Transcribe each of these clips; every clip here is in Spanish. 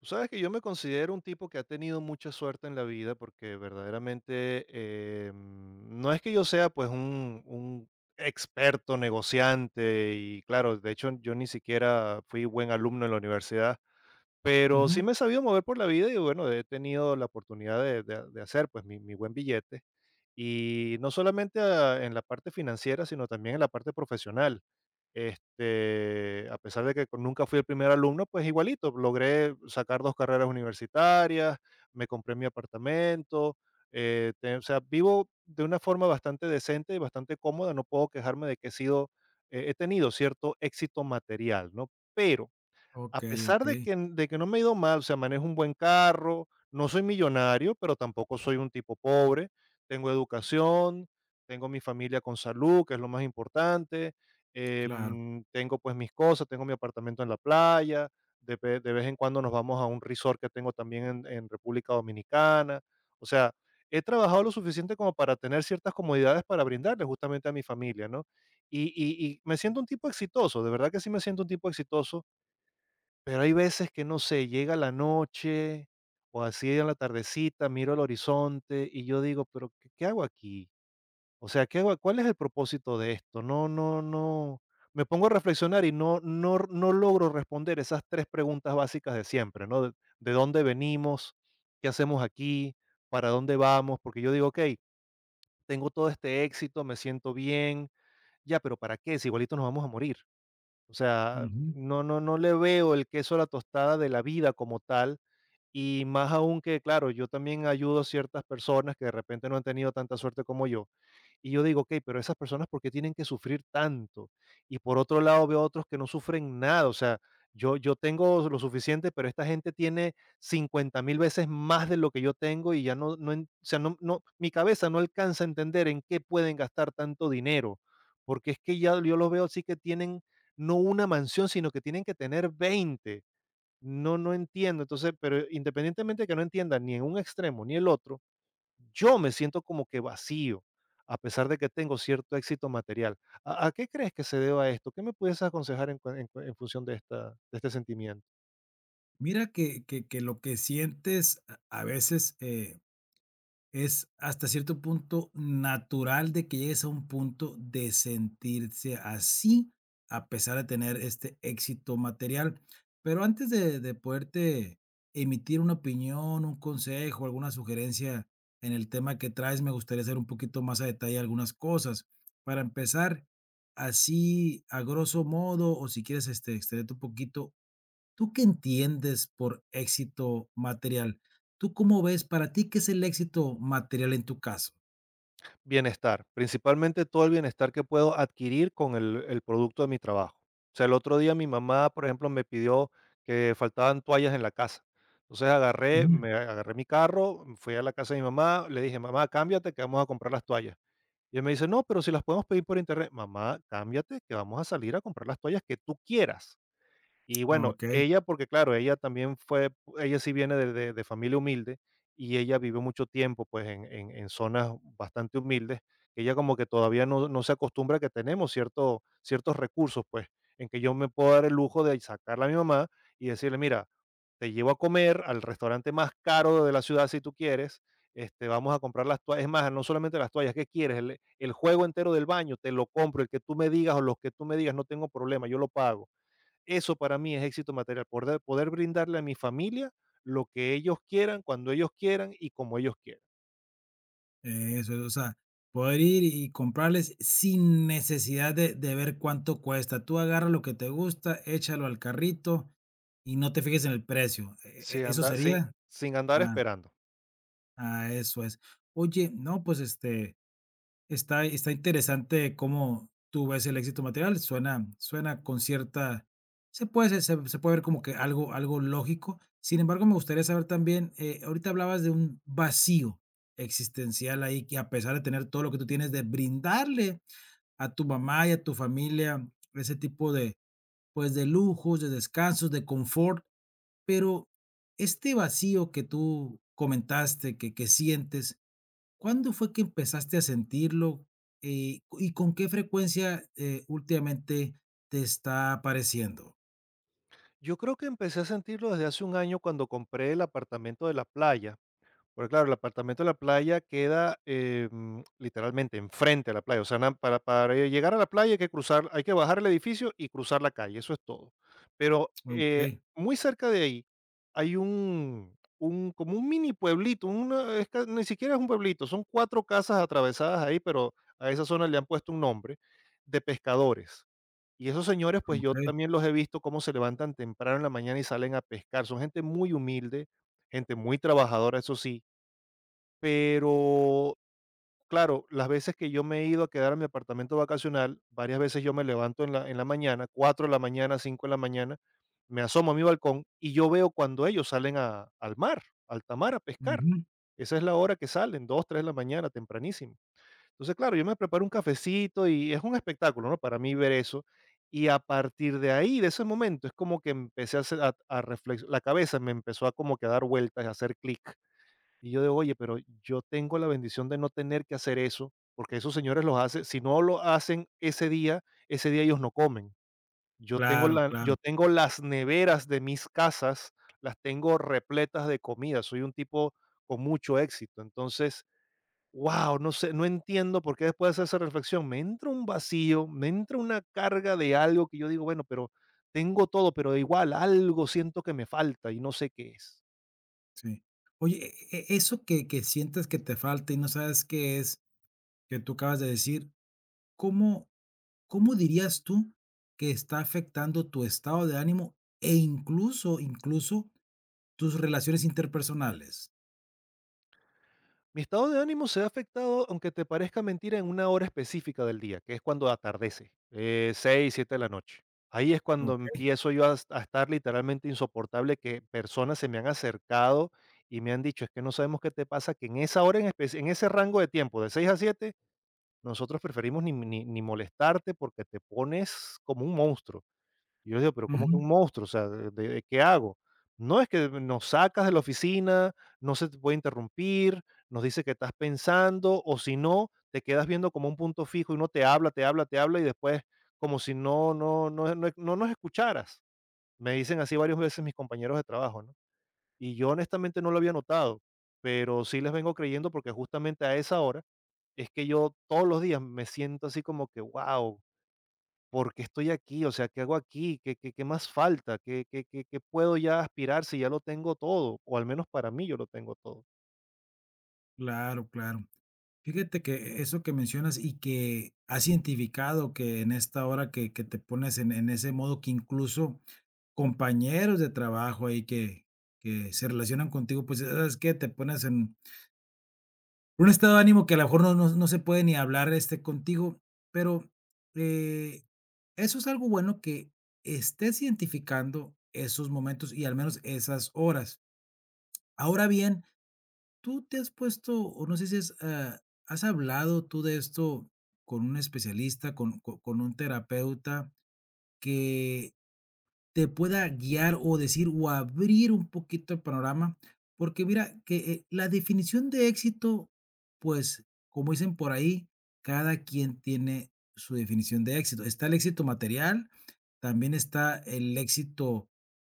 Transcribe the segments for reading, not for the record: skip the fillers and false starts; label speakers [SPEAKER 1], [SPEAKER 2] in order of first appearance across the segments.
[SPEAKER 1] Tú sabes que yo me considero un tipo que ha tenido mucha suerte en la vida porque verdaderamente no es que yo sea pues un experto negociante y claro, de hecho yo ni siquiera fui buen alumno en la universidad, pero sí
[SPEAKER 2] Ujú.
[SPEAKER 1] me he sabido mover por la vida y bueno, he tenido la oportunidad de de hacer, pues, mi buen billete. Y no solamente, ah, en la parte financiera, sino también en la parte profesional. Este, a pesar de que nunca fui el primer alumno, pues igualito, logré sacar 2 carreras universitarias, me compré mi apartamento, te o sea, vivo de una forma bastante decente y bastante cómoda, no puedo quejarme de que he sido he he tenido cierto éxito material, ¿no? Pero a
[SPEAKER 2] Okey,
[SPEAKER 1] pesar de
[SPEAKER 2] okey,
[SPEAKER 1] que n de que no me ha ido mal, o sea, manejo un buen carro, no soy millonario, pero tampoco soy un tipo pobre, tengo educación, tengo mi familia con salud, que es lo más importante,
[SPEAKER 2] claro.
[SPEAKER 1] tengo, pues, mis cosas, tengo mi apartamento en la playa, de vez en cuando nos vamos a un resort que tengo también en República Dominicana. O sea, he trabajado lo suficiente como para tener ciertas comodidades para brindarle justamente a mi familia, ¿no? Y me siento un tipo exitoso, de verdad que sí me siento un tipo exitoso, pero hay veces que, no sé, llega la noche o así en la tardecita, miro al horizonte y yo digo, pero ¿qué hago aquí? O sea, ¿qué hago? ¿Cuál es el propósito de esto? No, no, no. Me pongo a reflexionar y no, no, no logro responder esas tres preguntas básicas de siempre, ¿no? De dónde venimos, qué hacemos aquí, para dónde vamos, porque yo digo, ok, tengo todo este éxito, me siento bien, ya, pero ¿para qué? Si igualito nos vamos a morir. O sea,
[SPEAKER 2] Ujú.
[SPEAKER 1] no le veo el queso a la tostada de la vida como tal, y más aún que, claro, yo también ayudo a ciertas personas que de repente no han tenido tanta suerte como yo. Y yo digo, ok, pero esas personas, ¿por qué tienen que sufrir tanto? Y por otro lado, veo otros que no sufren nada. O sea, yo tengo lo suficiente, pero esta gente tiene 50 mil veces más de lo que yo tengo y ya o sea, no, no, mi cabeza no alcanza a entender en qué pueden gastar tanto dinero. Porque es que ya yo los veo así que tienen no una mansión, sino que tienen que tener veinte, no, no entiendo. Entonces, pero independientemente de que no entienda ni en un extremo ni el otro, yo me siento como que vacío, a pesar de que tengo cierto éxito material. ¿A qué crees que se deba esto? ¿Qué me puedes aconsejar en, en función de, de este sentimiento?
[SPEAKER 2] Mira que lo que sientes a veces, es hasta cierto punto natural de que llegues a un punto de sentirse así, a pesar de tener este éxito material. Pero antes de poderte emitir una opinión, un consejo, alguna sugerencia en el tema que traes, me gustaría hacer un poquito más a detalle algunas cosas. Para empezar, así a grosso modo, o si quieres este, extenderte un poquito, ¿tú qué entiendes por éxito material? ¿Tú cómo ves para ti qué es el éxito material en tu caso?
[SPEAKER 1] Bienestar, principalmente todo el bienestar que puedo adquirir con el producto de mi trabajo. O sea, el otro día mi mamá, por ejemplo, me pidió que faltaban toallas en la casa.
[SPEAKER 2] Mm.
[SPEAKER 1] Me agarré mi carro, fui a la casa de mi mamá, le dije, mamá, cámbiate que vamos a comprar las toallas. Y él me dice: "No, pero si las podemos pedir por internet". Mamá, cámbiate, que vamos a salir a comprar las toallas que tú quieras. Y
[SPEAKER 2] Ah,
[SPEAKER 1] bueno,
[SPEAKER 2] okey,
[SPEAKER 1] ella, porque claro, ella también fue, ella sí viene de, de familia humilde y ella vivió mucho tiempo pues en, en zonas bastante humildes. Ella como que todavía no se acostumbra que tenemos ciertos recursos pues en que yo me puedo dar el lujo de sacarla a mi mamá y decirle, mira, te llevo a comer al restaurante más caro de la ciudad si tú quieres. Este, vamos a comprar las toallas, es más, no solamente las toallas, ¿qué quieres? El juego entero del baño, te lo compro, el que tú me digas o los que tú me digas, no tengo problema, yo lo pago. Eso para mí es éxito material, poder brindarle a mi familia lo que ellos quieran, cuando ellos quieran y como ellos quieran,
[SPEAKER 2] eso, o sea, poder ir y comprarles sin necesidad de ver cuánto cuesta. Tú agarras lo que te gusta, échalo al carrito y no te fijes en el precio, ¿e
[SPEAKER 1] sin
[SPEAKER 2] eso
[SPEAKER 1] andar sin
[SPEAKER 2] sería?
[SPEAKER 1] sin andar
[SPEAKER 2] Ah,
[SPEAKER 1] esperando.
[SPEAKER 2] ah, eso es. Oye, no, pues, está está interesante cómo tú ves el éxito material, suena suena con cierta se puede ver como que algo algo lógico. Sin embargo, me gustaría saber también, ahorita hablabas de un vacío existencial ahí, que a pesar de tener todo lo que tú tienes, de brindarle a tu mamá y a tu familia ese tipo de, pues, de lujos, de descansos, de confort, pero este vacío que tú comentaste, que sientes, ¿cuándo fue que empezaste a sentirlo? ¿Y con qué frecuencia, últimamente te está apareciendo?
[SPEAKER 1] Yo creo que empecé a sentirlo desde hace un año cuando compré el apartamento de la playa. Porque claro, el apartamento de la playa queda, literalmente enfrente a la playa, o sea, na para llegar a la playa hay que cruzar hay que bajar el edificio y cruzar la calle, eso es todo. Pero,
[SPEAKER 2] Okey,
[SPEAKER 1] muy cerca de ahí hay un como un mini pueblito, una es que ni siquiera es un pueblito, son 4 casas atravesadas ahí, pero a esa zona le han puesto un nombre, de pescadores. Y esos señores, pues, yo
[SPEAKER 2] okey.
[SPEAKER 1] también los he visto cómo se levantan temprano en la mañana y salen a pescar. Son gente muy humilde, gente muy trabajadora, eso sí, pero, claro, las veces que yo me he ido a quedar a mi apartamento vacacional, varias veces yo me levanto en la mañana, 4 de la mañana, 5 de la mañana, me asomo a mi balcón y yo veo cuando ellos salen a al mar, a alta mar a pescar.
[SPEAKER 2] Ujú.
[SPEAKER 1] Esa es la hora que salen, 2, 3 de la mañana, tempranísimo. Entonces, claro, yo me preparo un cafecito y es un espectáculo, ¿no? Para mí ver eso. Y a partir de ahí, de ese momento, es como que empecé a hacer a reflex la cabeza me empezó a como que a dar vueltas, a hacer clic. Y yo digo, oye, pero yo tengo la bendición de no tener que hacer eso, porque esos señores los hacen, si no lo hacen ese día ellos no comen. Yo tengo,
[SPEAKER 2] Claro, claro,
[SPEAKER 1] yo tengo las neveras de mis casas, las tengo repletas de comida, soy un tipo con mucho éxito. Entonces, wow, no sé, no entiendo por qué después de hacer esa reflexión me entra un vacío, me entra una carga de algo que yo digo, bueno, pero tengo todo, pero igual algo siento que me falta y no sé qué es.
[SPEAKER 2] sí. Oye, e eso que sientes que te falta y no sabes qué es, que tú acabas de decir, ¿cómo cómo dirías tú que está afectando tu estado de ánimo e incluso tus relaciones interpersonales?
[SPEAKER 1] Mi estado de ánimo se ha afectado, aunque te parezca mentira, en una hora específica del día, que es cuando atardece, 6, 7 de la noche. Ahí es cuando
[SPEAKER 2] Okey.
[SPEAKER 1] empiezo yo a estar literalmente insoportable, que personas se me han acercado y me han dicho, es que no sabemos qué te pasa, que en esa hora, en ese rango de tiempo, de 6 a 7 nosotros preferimos ni molestarte porque te pones como un monstruo. Y yo les digo, pero ¿cómo que
[SPEAKER 2] Ujú.
[SPEAKER 1] un monstruo? O sea, de qué hago? No, es que nos sacas de la oficina, no se te puede interrumpir, nos dice que estás pensando, o si no, te quedas viendo como un punto fijo y no te habla, te habla, te habla y después como si no nos escucharas. Me dicen así varias veces mis compañeros de trabajo, ¿no? Y yo honestamente no lo había notado, pero sí les vengo creyendo porque justamente a esa hora es que yo todos los días me siento así como que, wow. ¿Por qué estoy aquí? O sea, ¿qué hago aquí? ¿Qué más falta? ¿Qué puedo ya aspirar si ya lo tengo todo? O al menos para mí yo lo tengo todo.
[SPEAKER 2] Claro, claro. Fíjate que eso que mencionas y que has identificado que en esta hora que te pones en ese modo que incluso compañeros de trabajo ahí que se relacionan contigo, pues sabes que te pones en un estado de ánimo que a lo mejor no se puede ni hablar este contigo, pero eh, eso es algo bueno que estés identificando esos momentos y al menos esas horas. Ahora bien, ¿tú te has puesto, o no sé si es, has hablado tú de esto con un especialista, con con un terapeuta, que te pueda guiar o decir o abrir un poquito el panorama? Porque mira que, la definición de éxito, pues, como dicen por ahí, cada quien tiene su definición de éxito. Está el éxito material, también está el éxito,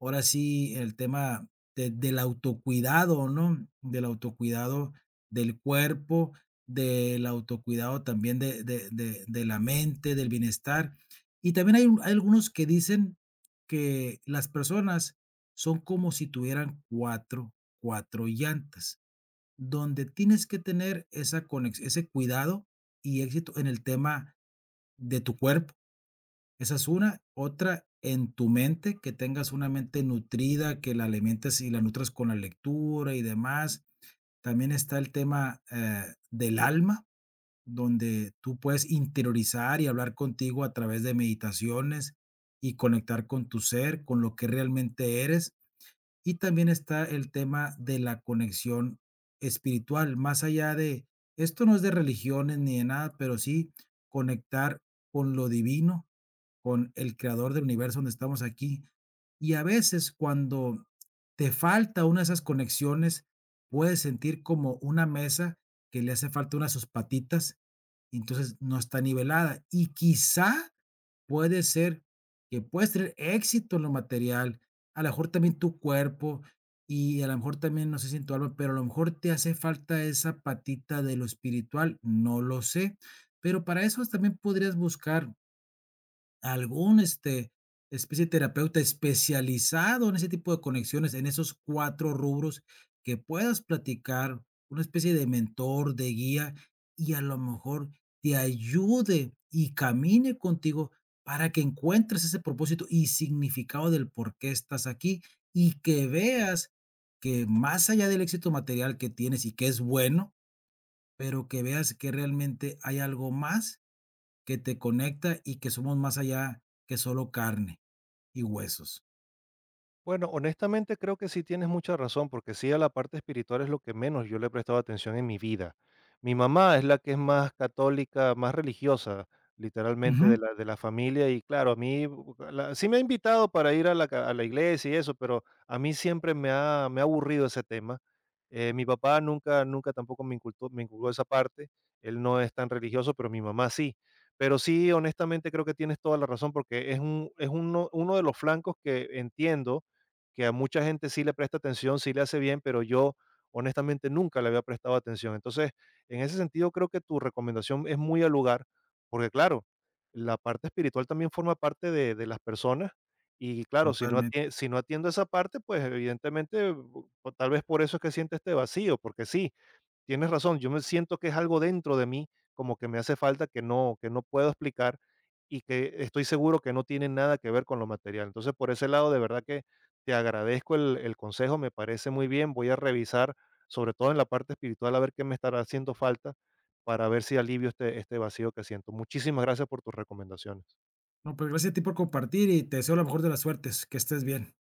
[SPEAKER 2] ahora sí, el tema de del autocuidado, ¿no? Del autocuidado del cuerpo, del autocuidado también de la mente, del bienestar. Y también hay un hay algunos que dicen que las personas son como si tuvieran cuatro llantas, donde tienes que tener esa conex ese cuidado y éxito en el tema de tu cuerpo. Esa es una. Otra, en tu mente, que tengas una mente nutrida, que la alimentes y la nutras con la lectura y demás. También está el tema, del alma, donde tú puedes interiorizar y hablar contigo a través de meditaciones y conectar con tu ser, con lo que realmente eres. Y también está el tema de la conexión espiritual, más allá de, esto no es de religiones ni de nada, pero sí conectar con lo divino, con el creador del universo donde estamos aquí. Y a veces cuando te falta una de esas conexiones, puedes sentir como una mesa que le hace falta una de sus patitas, y entonces no está nivelada. Y quizá puede ser que puedes tener éxito en lo material, a lo mejor también tu cuerpo y a lo mejor también, no sé si en tu alma, pero a lo mejor te hace falta esa patita de lo espiritual, no lo sé. Pero para eso también podrías buscar algún, este, especie de terapeuta especializado en ese tipo de conexiones, en esos 4 rubros, que puedas platicar, una especie de mentor, de guía, y a lo mejor te ayude y camine contigo para que encuentres ese propósito y significado del por qué estás aquí, y que veas que más allá del éxito material que tienes y que es bueno, pero que veas que realmente hay algo más que te conecta y que somos más allá que solo carne y huesos.
[SPEAKER 1] Bueno, honestamente creo que sí tienes mucha razón, porque sí, a la parte espiritual es lo que menos yo le he prestado atención en mi vida. Mi mamá es la que es más católica, más religiosa, literalmente de
[SPEAKER 2] Ujú,
[SPEAKER 1] de la familia, y claro, a mí sí me ha invitado para ir a a la iglesia y eso, pero a mí me ha aburrido ese tema. Mi papá nunca tampoco me inculcó esa parte, él no es tan religioso, pero mi mamá sí. Pero sí, honestamente creo que tienes toda la razón, porque es uno de los flancos que entiendo que a mucha gente sí le presta atención, sí le hace bien, pero yo honestamente nunca le había prestado atención. Entonces, en ese sentido, creo que tu recomendación es muy al lugar, porque claro, la parte espiritual también forma parte de las personas y claro, si no,
[SPEAKER 2] totalmente.
[SPEAKER 1] si no atiendo esa parte, pues evidentemente, tal vez por eso es que siente este vacío, porque sí, tienes razón, yo me siento que es algo dentro de mí, como que me hace falta que no puedo explicar y que estoy seguro que no tiene nada que ver con lo material. Entonces, por ese lado, de verdad que te agradezco el consejo, me parece muy bien. Voy a revisar, sobre todo en la parte espiritual, a ver qué me estará haciendo falta para ver si alivio este vacío que siento. Muchísimas gracias por tus recomendaciones.
[SPEAKER 2] No, pues gracias a ti por compartir y te deseo la mejor de las suertes, que estés bien.